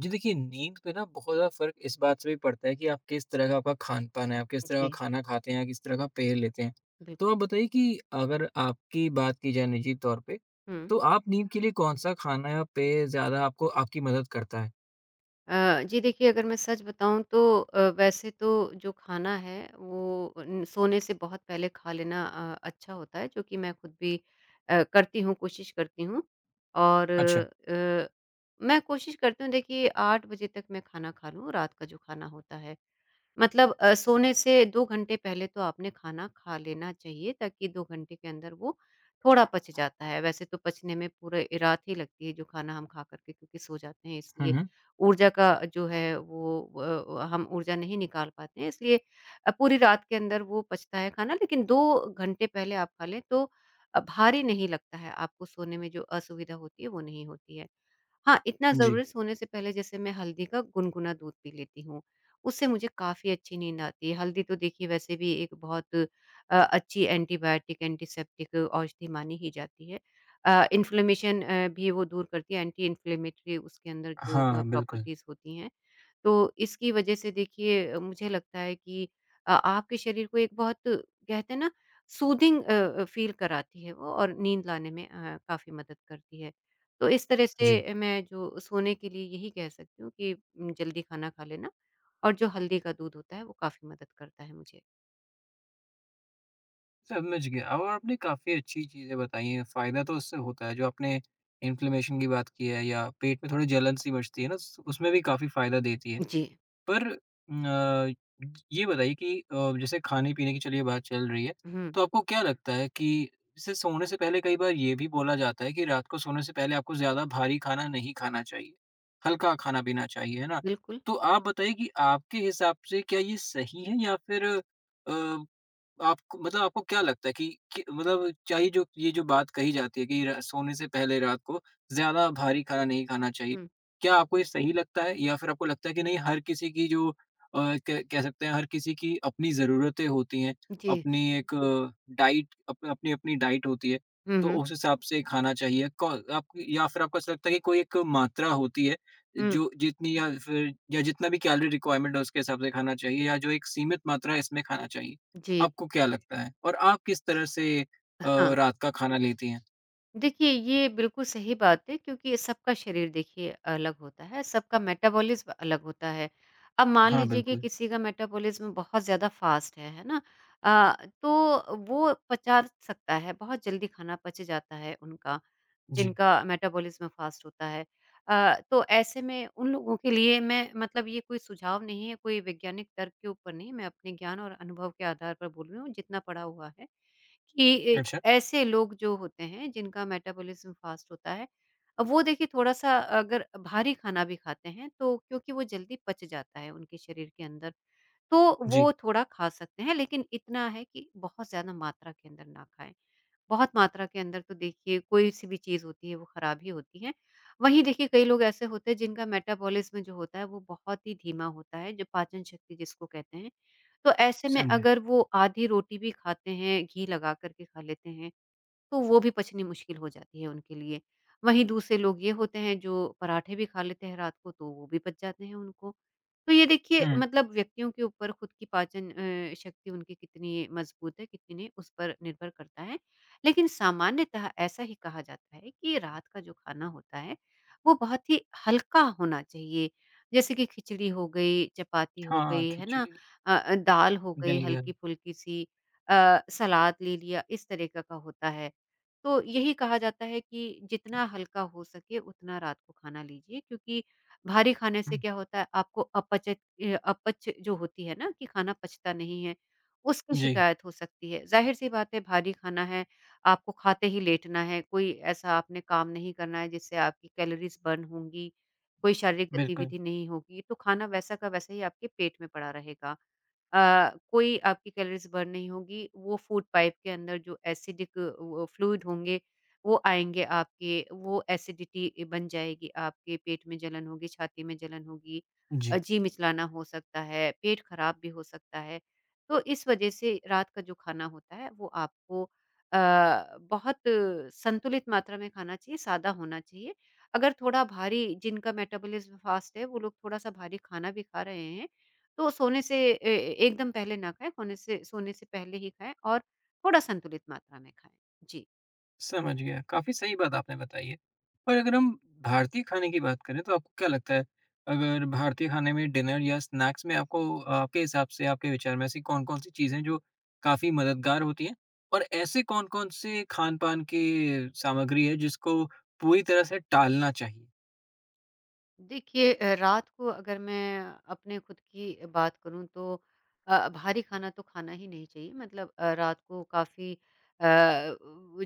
जी देखिए, नींद पे ना बहुत ज़्यादा फ़र्क इस बात से भी पड़ता है कि आप किस तरह का आपका खान-पान है, आप किस तरह का जी, खाना खाते हैं, किस तरह का पेय लेते हैं। तो बिल्कुल। आप बताइए कि अगर आपकी बात की जाए निजी तौर पे, हुँ। तो आप नींद के लिए कौन-सा खाना या पेय ज़्यादा आपको आपकी मदद करता है? जी देखिए अगर मैं सच बताऊँ तो वैसे तो जो खाना है वो उन सोने से बहुत पहले खा लेना अच्छा होता है जो कि मैं खुद भी करती हूँ, कोशिश करती हूँ। और अच्छा। मैं कोशिश करती हूँ देखिए 8 बजे तक मैं खाना खा लूँ, रात का जो खाना होता है। मतलब सोने से 2 घंटे पहले तो आपने खाना खा लेना चाहिए ताकि 2 घंटे के अंदर वो थोड़ा पच जाता है। वैसे तो पचने में पूरे रात ही लगती है जो खाना हम खा कर के क्योंकि सो जाते हैं हुँ, इसलिए हुँ। ऊर्जा का जो है वो हम ऊर्जा नहीं निकाल पाते हैं इसलिए पूरी रात के अंदर वो पचता है खाना लेकिन 2 घंटे पहले आप खा लें तो भारी नहीं लगता है आपको सोने में जो असुविधा होती है वो नहीं होती है। हाँ, इतना जी। ज़रूरी सोने से पहले जैसे मैं हल्दी का गुनगुना दूध पी लेती हूँ, उससे मुझे काफ़ी अच्छी नींद आती है। हल्दी तो देखिए वैसे भी एक बहुत अच्छी एंटीबायोटिक, एंटीसेप्टिक औषधि मानी ही जाती है। इन्फ्लेमेशन भी वो दूर करती है, एंटी इन्फ्लेमेटरी उसके अंदर जो हाँ, बिल्कुल। प्रॉपर्टीज़ होती हैं। तो इसकी वजह से देखिए मुझे लगता है कि आपके शरीर को एक बहुत कहते हैं ना सूदिंग फ़ील कराती है वो और नींद लाने में काफ़ी मदद करती है। तो इस तरह जी। से मैं जो सोने के लिए यही कह सकती हूँ कि जल्दी खाना खा लेना और जो हल्दी का दूध होता है वो काफ़ी मदद करता है मुझे। समझ गया और आपने काफ़ी अच्छी चीज़ें बताई हैं, फ़ायदा तो उससे होता है जो आपने इन्फ्लेमेशन की बात की है या पेट में थोड़ी जलन सी मचती है ना, उस उसमें भी काफ़ी फ़ायदा देती है। जी। पर ये बताइए कि जैसे खाने-पीने की चलिए बात चल रही है, हुँ, तो आपको क्या लगता है कि जैसे सोने से पहले कई बार ये भी बोला जाता है कि रात को सोने से पहले आपको ज़्यादा भारी खाना नहीं खाना चाहिए, हल्का खाना-पीना चाहिए, है ना? बिल्कुल। तो आप बताइए कि आपके हिसाब से क्या ये सही है या फिर अ आपको मतलब आपको क्या लगता है कि मतलब चाहिए जो ये जो बात कही जाती है कि र सोने से पहले रात को ज़्यादा भारी खाना नहीं खाना चाहिए। हुँ, क्या आपको ये सही लगता है या फिर आपको लगता है कि नहीं हर किसी की जो कह कह सकते हैं हर किसी की अपनी ज़रूरतें होती हैं, जी। अपनी एक डाइट अप अपनी-अपनी डाइट होती है, हुँ, तो हुँ। उस हिसाब से खाना चाहिए। कौ आप या फिर आपको ऐसा लगता है कि कोई एक मात्रा होती है हुँ, जो जितनी या फिर या जितना भी कैलोरी रिक्वायरमेंट है उसके हिसाब से खाना चाहिए या जो एक सीमित मात्रा है इसमें खाना चाहिए? जी। आपको क्या लगता है? और आप किस तरह से अ, हाँ। रात का खाना लेती हैं? देखिए, ये बिल्कुल सही बात है क्योंकि सबका शरीर देखिए अलग होता है, सबका मेटाबॉलिज़्म अलग होता है। अब मान हाँ, लीजिए कि बिल्कुल। किसी का मेटाबॉलिज़्म बहुत ज़्यादा फ़ास्ट है ना? तो वो पचा सकता है, बहुत जल्दी खाना पच जाता है उनका, जी, जिनका मेटाबॉलिज़्म फ़ास्ट होता है। तो ऐसे में उन लोगों के लिए मैं मतलब ये कोई सुझाव नहीं है, कोई वैज्ञानिक तर्क के ऊपर नहीं, मैं अपने ज्ञान और अनुभव के आधार पर बोल रही हूँ, जितना पढ़ा हुआ है। कि अच्छा। ऐसे लोग जो होते हैं जिनका मेटाबॉलिज्म फास्ट होता है, अब वो देखिए थोड़ा-सा अगर भारी खाना भी खाते हैं तो क्योंकि वो जल्दी पच जाता है उनके शरीर के अंदर, तो वो जी, थोड़ा खा सकते हैं लेकिन इतना है कि बहुत ज़्यादा मात्रा के अंदर ना खाएँ। बहुत मात्रा के अंदर तो देखिए कोई-सी भी चीज़ होती है वो खराब ही होती है। वहीं देखिए कई लोग ऐसे होते हैं जिनका मेटाबॉलिज्म जो होता है वो बहुत ही धीमा होता है, जो पाचन शक्ति जिसको कहते हैं, तो ऐसे में समझे। अगर वो आधी रोटी भी खाते हैं, घी लगा कर के खा लेते हैं, तो वो भी पचनी मुश्किल हो जाती है उनके लिए। वहीं दूसरे लोग ये होते हैं जो पराठे भी खा लेते हैं रात को तो वो भी पच जाते हैं उनको। तो ये देखिए हुँ, मतलब व्यक्तियों के ऊपर खुद की पाचन शक्ति उनकी कितनी मज़बूत है, कितनी नहीं उस पर निर्भर करता है। लेकिन सामान्यतः ऐसा ही कहा जाता है कि रात का जो खाना होता है वो बहुत ही हल्का होना चाहिए। जैसे कि खिचड़ी हो गई, चपाती हो हाँ, गई, है ना? खिचड़ी, दाल हो गई दलिया। हल्की-फुल्की सी, सलाद ले लिया इस तरीक़े का होता है। तो यही कहा जाता है कि जितना हल्का हो सके उतना रात को खाना लीजिए क्योंकि भारी खाने हुँ, से क्या होता है आपको अपच जो होती है ना कि खाना पचता नहीं है, उसकी जी, शिकायत हो सकती है। ज़ाहिर-सी बात है भारी खाना है, आपको खाते ही लेटना है, कोई ऐसा आपने काम नहीं करना है जिससे आपकी कैलोरीज़ बर्न होंगी, कोई शारीरिक बिल्कुल। गतिविधि नहीं होगी, तो खाना वैसा का वैसा ही आपके पेट में पड़ा रहेगा। अ, कोई आपकी कैलोरीज़ बर्न नहीं होंगी, वो फूड पाइप के अंदर जो एसिडिक वो फ्लूइड होंगे, वो आएँगे आपके, वो एसिडिटी बन जाएगी आपके, पेट में जलन होगी, छाती में जलन होगी, जी। जी मिचलाना हो सकता है, पेट खराब भी हो सकता है। तो इस वजह से रात का जो खाना होता है वो आपको अ, बहुत संतुलित मात्रा में खाना चाहिए, सादा होना चाहिए। अगर थोड़ा भारी जिनका मेटाबॉलिज़्म फ़ास्ट है, वो लोग थोड़ा-सा भारी खाना भी खा रहे हैं, तो सोने से ए ए एकदम पहले ना खाएँ, होने से सोने से पहले ही खाएँ और थोड़ा संतुलित मात्रा में खाएँ। जी। समझ गया। काफ़ी सही बात आपने बताई है। पर अगर हम भारतीय खाने की बात करें तो आपको क्या लगता है अगर भारतीय खाने में डिनर या स्नैक्स में आपको आपके हिसाब से, आपके विचार में ऐसी कौन-कौन सी चीज़ें हैं जो काफ़ी मददगार होती हैं? और ऐसे कौन-कौन से खान-पान की सामग्री है जिसको पूरी तरह से टालना चाहिए? देखिए रात को अगर मैं अपने खुद की बात करूँ तो भारी खाना तो खाना ही नहीं चाहिए मतलब रात को काफ़ी अ,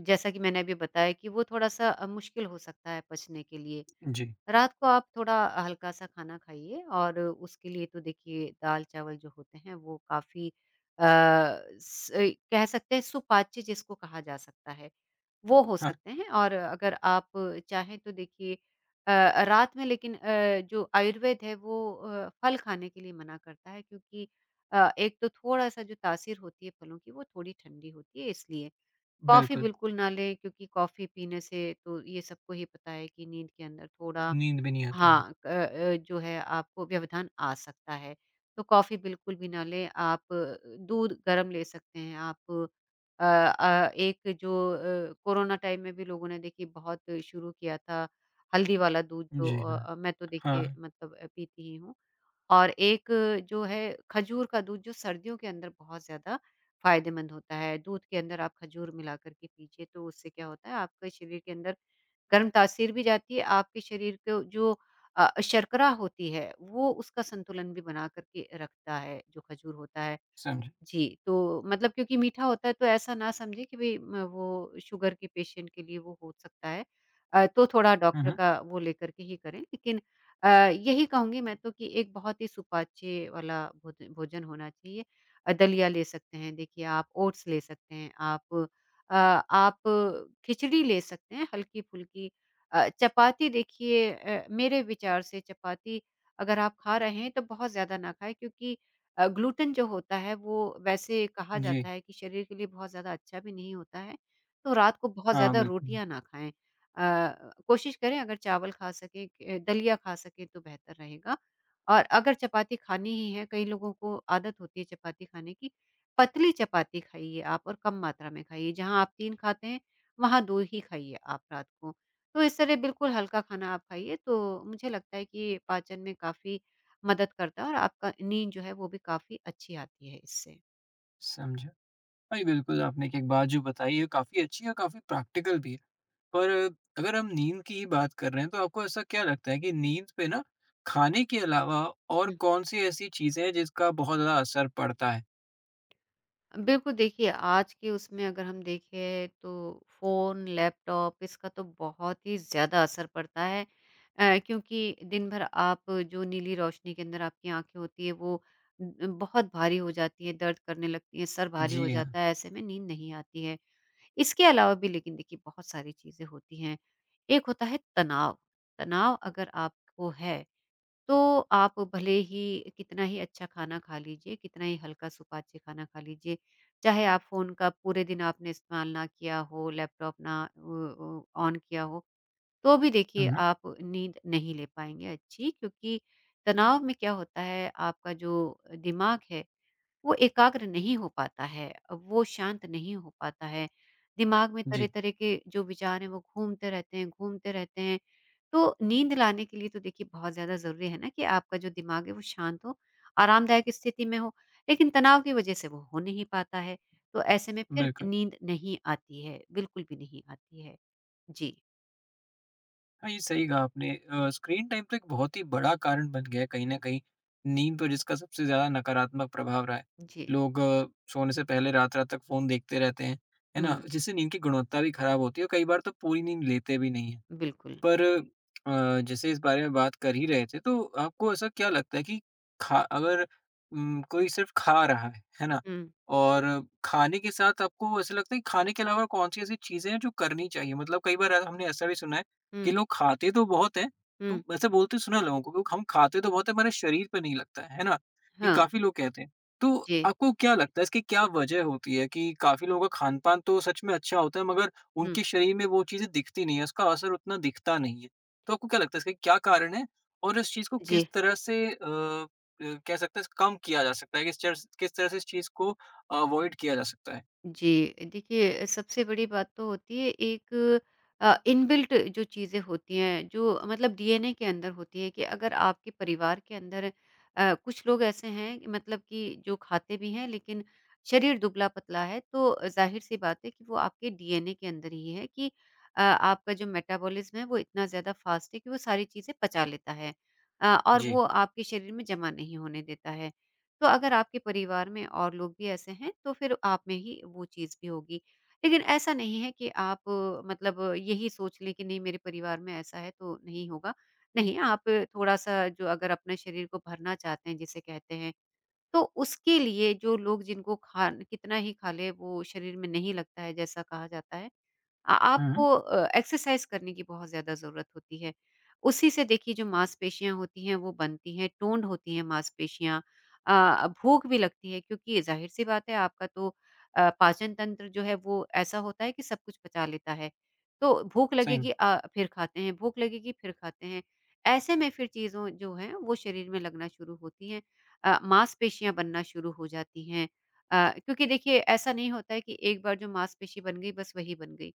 जैसा कि मैंने अभी बताया कि वो थोड़ा-सा मुश्किल हो सकता है पचने के लिए। जी, रात को आप थोड़ा हल्का सा खाना खाइए और उसके लिए तो देखिए दाल-चावल जो होते हैं वो काफ़ी अ, स कह सकते हैं सुपाच्य जिसको कहा जा सकता है, वो हो हाँ, सकते हैं और अगर आप चाहें तो देखिए रात में लेकिन जो आयुर्वेद है वो फल खाने के लिए मना करता है क्योंकि एक तो थोड़ा-सा जो तासीर होती है फलों की वो थोड़ी ठंडी होती है इसलिए। कॉफ़ी बिल्कुल। बिल्कुल ना लें क्योंकि कॉफ़ी पीने से तो ये सबको ही पता है कि नींद के अंदर थोड़ा नींद भी नहीं आती। हाँ, जो है आपको व्यवधान आ सकता है। तो कॉफ़ी बिल्कुल भी ना लें, आप दूध गरम ले सकते हैं, आप एक जो कोरोना टाइम में भी लोगों ने देखिए बहुत शुरू किया था, हल्दी वाला दूध जो जी हाँ, मैं तो देखिए हाँ, मतलब पीती ही हूँ। और एक जो है खजूर का दूध जो सर्दियों के अंदर बहुत ज़्यादा फ़ायदेमंद होता है, दूध के अंदर आप खजूर मिला कर के पीजिए, तो उससे क्या होता है आपके शरीर के अंदर गर्म तासीर भी जाती है, आपके शरीर को जो शर्करा होती है, वो उसका संतुलन भी बना कर के रखता है, जो खजूर होता है। समझा। जी, तो मतलब क्योंकि मीठा होता है तो ऐसा ना समझें कि भई म वो शुगर के पेशेंट के लिए वो हो सकता है। तो थोड़ा हुँ, डॉक्टर हुँ। का वो लेकर के ही करें। लेकिन यही कहूँगी मैं तो कि एक बहुत ही सुपाच्य वाला भोजन होना चाहिए। दलिया ले सकते हैं देखिए आप, ओट्स ले सकते हैं आप खिचड़ी ले सकते हैं हल्की-फुल्की। चपाती देखिए मेरे विचार से चपाती अगर आप खा रहे हैं तो बहुत ज़्यादा ना खाएँ क्योंकि ग्लूटेन जो होता है वो वैसे कहा जी, जाता है कि शरीर के लिए बहुत ज़्यादा अच्छा भी नहीं होता है, तो रात को बहुत हाँ, ज़्यादा बिल्कुल, रोटियाँ ना खाएँ। कोशिश करें अगर चावल खा सकें क दलिया खा सकें तो बेहतर रहेगा और अगर चपाती खानी ही है, कई लोगों को आदत होती है चपाती खाने की, पतली चपाती खाइए आप और कम मात्रा में खाइए। जहाँ आप 3 खाते हैं, वहाँ 2 ही खाइए आप रात को। तो इस तरह बिल्कुल हल्का खाना आप खाइए, तो मुझे लगता है कि पाचन में काफ़ी मदद करता है और आपका नींद जो है वो भी काफ़ी अच्छी आती है इससे। समझा। जी, बिल्कुल, आपने एक एक बात जो बताई है काफ़ी अच्छी है और काफ़ी प्रैक्टिकल भी है। पर अगर हम नींद की ही बात कर रहे हैं तो आपको ऐसा क्या लगता है कि नींद पे ना खाने के अलावा और हुँ। कौन-सी ऐसी चीज़ें हैं जिसका बहुत ज़्यादा असर पड़ता है? बिल्कुल देखिए, आज के उसमें अगर हम देखें तो फ़ोन, लैपटॉप इसका तो बहुत ही ज़्यादा असर पड़ता है क्योंकि दिन भर आप जो नीली रोशनी के अंदर आपकी आँखें होती है वो ब बहुत भारी हो जाती है, दर्द करने लगती है, सर भारी हो जी हाँ। जाता है, ऐसे में नींद नहीं आती है। इसके अलावा भी लेकिन देखिए बहुत सारी चीज़ें होती हैं। एक होता है तनाव, तनाव अगर आपको है तो आप भले ही कितना ही अच्छा खाना खा लीजिए, कितना ही हल्का सुपाच्य खाना खा लीजिए, चाहे आप फ़ोन का पूरे दिन आपने इस्तेमाल ना किया हो, लैपटॉप ना ऑन किया हो, तो भी देखिए हुँ। आप नींद नहीं ले पाएँगे अच्छी क्योंकि तनाव में क्या होता है आपका जो दिमाग है वो एकाग्र नहीं हो पाता है, वो शांत नहीं हो पाता है। दिमाग में जी, तरह-तरह के जो विचार हैं वो घूमते रहते हैं, घूमते रहते हैं। तो नींद लाने के लिए तो देखिए बहुत ज़्यादा ज़रूरी है ना कि आपका जो दिमाग है वो शांत हो, आरामदायक स्थिति में हो, लेकिन तनाव की वजह से वो हो नहीं पाता है। तो ऐसे में फिर बिल्कुल। नींद नहीं आती है, बिल्कुल भी नहीं आती है। जी, हाँ, ये सही कहा आपने स्क्रीन टाइम तो एक बहुत ही बड़ा कारण बन गया है कहीं न कहीं, नींद पर जिसका सबसे ज़्यादा नकारात्मक प्रभाव रहा है। जी। लोग सोने से पहले रात-रात तक फ़ोन देखते रहते हैं, है ना? हुँ, जिससे नींद की गुणवत्ता भी खराब होती है और कई बार तो पूरी नींद लेते भी नहीं हैं। बिल्कुल। पर अ, जैसे इस बारे में बात कर ही रहे थे, तो आपको ऐसा क्या लगता है कि खा अगर कोई सिर्फ़ खा रहा है ना? हुँ, और खाने के साथ आपको ऐसा लगता है कि खाने के अलावा कौन-सी ऐसी चीज़ें हैं जो करनी चाहिए? मतलब कई बार ऐ हमने ऐसा भी सुना है कि हुँ, लोग खाते तो बहुत हैं, हुँ। तो ऐसे बोलते सुना है लोगों को कि हम खाते तो बहुत हैं, हमारे शरीर पे नहीं लगता है ना? ये हाँ, काफ़ी लोग कहते हैं। तो जी। आपको क्या लगता है इसकी क्या वजह होती है कि काफ़ी लोगों का खान-पान तो सच में अच्छा होता है मगर हुँ, उनके शरीर में वो चीज़ें दिखती नहीं है, उसका असर उतना दिखता नहीं है। तो आपको क्या लगता है इसका क्या कारण है? और इस चीज़ को जी। किस तरह से कह सकते हैं कम किया जा सकता है? किस तरह से इस चीज़ को अवॉइड किया जा सकता है? जी, देखिए सबसे बड़ी बात तो होती है एक इनबिल्ट जो चीज़ें होती हैं, जो मतलब डीएनए के अंदर होती है कि अगर आपके परिवार के अंदर कुछ लोग ऐसे हैं कि मतलब कि जो खाते भी हैं लेकिन शरीर दुबला-पतला है, तो ज़ाहिर-सी बात है कि वो आपके डीएनए के अंदर ही है कि आपका जो मेटाबॉलिज़्म है वो इतना ज़्यादा फ़ास्ट है कि वो सारी चीज़ें पचा लेता है और जी। वो आपके शरीर में जमा नहीं होने देता है। तो अगर आपके परिवार में और लोग भी ऐसे हैं तो फिर आप में ही वो चीज़ भी होगी। लेकिन ऐसा नहीं है कि आप यही सोच लें कि नहीं मेरे परिवार में ऐसा है तो नहीं होगा। नहीं, आप थोड़ा-सा जो अगर अपने शरीर को भरना चाहते हैं जिसे कहते हैं, तो उसके लिए जो लोग जिनको खान कितना ही खा लें वो शरीर में नहीं लगता है जैसा कहा जाता है। आ हुँ, हुँ। आपको एक्सरसाइज़ करने की बहुत ज़्यादा ज़रूरत होती है। उसी से देखिए जो मांसपेशियाँ होती हैं वो बनती हैं, टोन्ड होती हैं मांसपेशियाँ। भूख भी लगती है क्योंकि ज़ाहिर-सी बात है आपका तो पाचन तंत्र जो है वो ऐसा होता है कि सब कुछ पचा लेता है। तो भूख सही लगेगी में। फिर खाते हैं, भूख लगेगी फिर खाते हैं। ऐसे में फिर चीज़ों जो हैं वो शरीर में लगना शुरू होती हैं। मांसपेशियाँ बनना शुरू हो जाती हैं। क्योंकि देखिए ऐसा नहीं होता है कि एक बार जो मांसपेशी बन गई बस वही बन गई।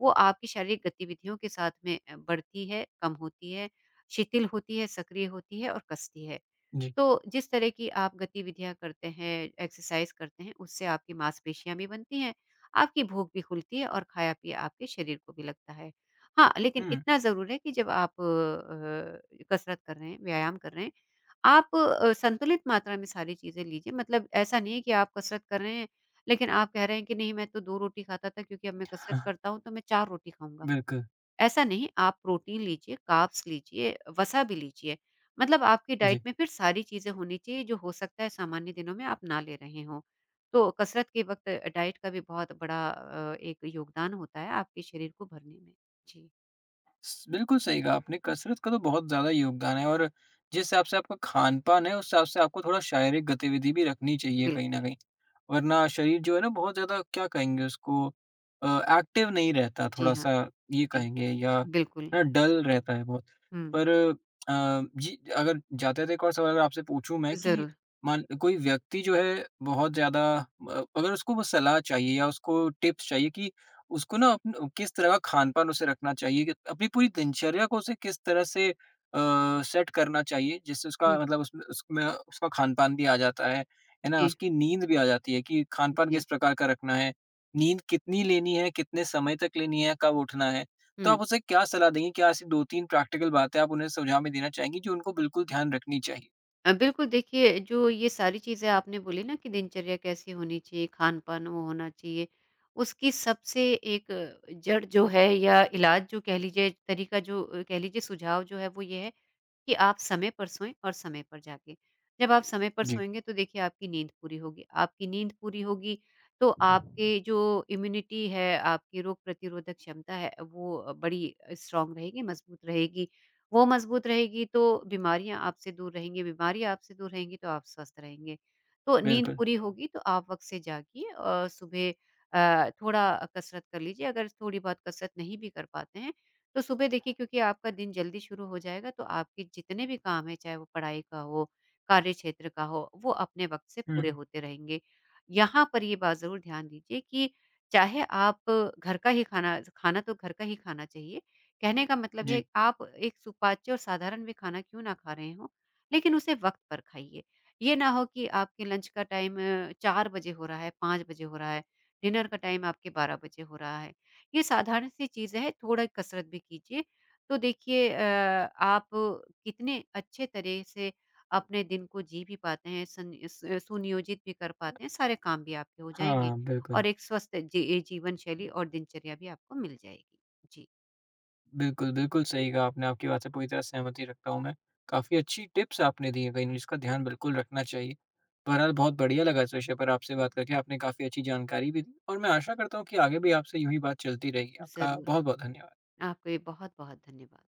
वो आपकी शारीरिक गतिविधियों के साथ में बढ़ती है, कम होती है, शिथिल होती है, सक्रिय होती है और कसती है। जी। तो जिस तरह की आप गतिविधियाँ करते हैं, एक्सरसाइज करते हैं, उससे आपकी मांसपेशियाँ भी बनती हैं, आपकी भूख भी खुलती है और खाया-पिया आपके शरीर को भी लगता है। हाँ, लेकिन हुँ, इतना ज़रूर है कि जब आप कसरत कर रहे हैं, व्यायाम कर रहे हैं, आप संतुलित मात्रा में सारी चीज़ें लीजिए मतलब ऐसा नहीं है कि आप कसरत कर रहे हैं, लेकिन आप कह रहे हैं कि नहीं मैं तो 2 रोटी खाता था क्योंकि अब मैं कसरत करता हूँ तो मैं 4 रोटी खाऊँगा। बिल्कुल। ऐसा नहीं, आप प्रोटीन लीजिए, कार्ब्स लीजिए, वसा भी लीजिए। मतलब आपकी डाइट जी। में फिर सारी चीज़ें होनी चाहिए जो हो सकता है सामान्य दिनों में आप ना ले रहे हों। तो कसरत के वक़्त डाइट का भी बहुत बड़ा एक योगदान होता है आपके शरीर को भरने में। जी, स बिल्कुल सही कहा आपने, कसरत का तो बहुत ज़्यादा योगदान है और जिस हिसाब से आपका खान-पान है, उस हिसाब से आपको थोड़ा शारीरिक गतिविधि भी रखनी चाहिए कहीं बिल्कुल। न कहीं। वरना शरीर जो है ना बहुत ज़्यादा क्या कहेंगे उसको अ, एक्टिव नहीं रहता जी हाँ, थोड़ा-सा ये जी, कहेंगे या बिल्कुल। ना डल रहता है बहुत। हुँ, पर जी अगर जाते-जाते एक और सवाल अगर आपसे पूछूँ मैं कि ज़रूर। मान कोई व्यक्ति जो है बहुत ज़्यादा अगर उसको वो सलाह चाहिए या उसको टिप्स चाहिए कि उसको ना किस तरह का खान-पान उसे रखना चाहिए कि अपनी पूरी दिनचर्या को उसे किस तरह से सेट करना चाहिए जिससे हुँ, उसका मतलब उसमें उसमें उसका खान-पान भी आ जाता है ना? जी, उसकी नींद भी आ जाती है कि खान-पान जी। किस प्रकार का रखना है, नींद कितनी लेनी है, कितने समय तक लेनी है, कब उठना है। तो हुँ। आप उसे क्या सलाह देंगी? क्या ऐसी 2-3 प्रैक्टिकल बातें आप उन्हें सुझाव में देना चाहेंगी जो उनको बिल्कुल ध्यान रखनी चाहिए? बिल्कुल देखिए जो ये सारी चीज़ें आपने बोली ना कि दिनचर्या कैसी होनी चाहिए, खान-पान वो होना चाहिए, उसकी सबसे एक जड़ जो है या इलाज जो कह लीजिए, तरीका जो कह लीजिए सुझाव जो है वो ये है कि आप समय पर सोएँ और समय पर जागें। जब आप समय पर जी, सोएँगे तो देखिए आपकी नींद पूरी होगी, आपकी नींद पूरी होगी तो आपके जो इम्यूनिटी है, आपकी रोग प्रतिरोधक क्षमता है वो बड़ी स्ट्रॉन्ग रहेगी, मज़बूत रहेगी। वो मज़बूत रहेगी तो बीमारियाँ आपसे दूर रहेंगी, बीमारियाँ आपसे दूर रहेंगी तो आप स्वस्थ रहेंगे। तो नींद बिल्कुल। पूरी होगी तो आप वक़्त से जागिए और सुबह थोड़ा कसरत कर लीजिए, अगर थोड़ी बहुत कसरत नहीं भी कर पाते हैं तो सुबह देखिए क्योंकि आपका दिन जल्दी शुरू हो जाएगा तो आपके जितने भी काम हैं चाहे वो पढ़ाई का हो, कार्य क्षेत्र का हो, वो अपने वक़्त से हुँ, पूरे होते रहेंगे। यहाँ पर ये बात ज़रूर ध्यान दीजिए कि चाहे आप घर का ही खाना खाना तो घर का ही खाना चाहिए। कहने का मतलब है जी। आप एक सुपाच्य और साधारण भी खाना क्यों ना खा रहे हों, लेकिन उसे वक़्त पर खाइए। ये ना हो कि आपके लंच का टाइम 4 बजे हो रहा है, 5 बजे हो रहा है, डिनर का टाइम आपके 12 बजे हो रहा है। ये साधारण सी चीज़ है, थोड़ा कसरत भी कीजिए। तो देखिए आप कितने अच्छे तरह से अपने दिन को जी भी पाते हैं, सन स सुनियोजित भी कर पाते हैं, सारे काम भी आपके हो जाएँगे हाँ, बिल्कुल। और एक स्वस्थ जीवन शैली और दिनचर्या भी आपको मिल जाएगी। जी, बिल्कुल, बिल्कुल सही कहा आपने, आपकी बात से पूरी तरह सहमति रखता हूँ मैं। काफ़ी अच्छी टिप्स आपने दी हैं कहीं न कहीं जिसका ध्यान बिल्कुल रखना चाहिए। बहरहाल बहुत बढ़िया लगा इस विषय पर आपसे बात करके, आपने काफ़ी अच्छी जानकारी भी दी और मैं आशा करता हूँ कि आगे भी आपसे यूँ ही बात चलती रहेगी। आपका ज़रूर। बहुत-बहुत धन्यवाद। आपका भी बहुत-बहुत धन्यवाद।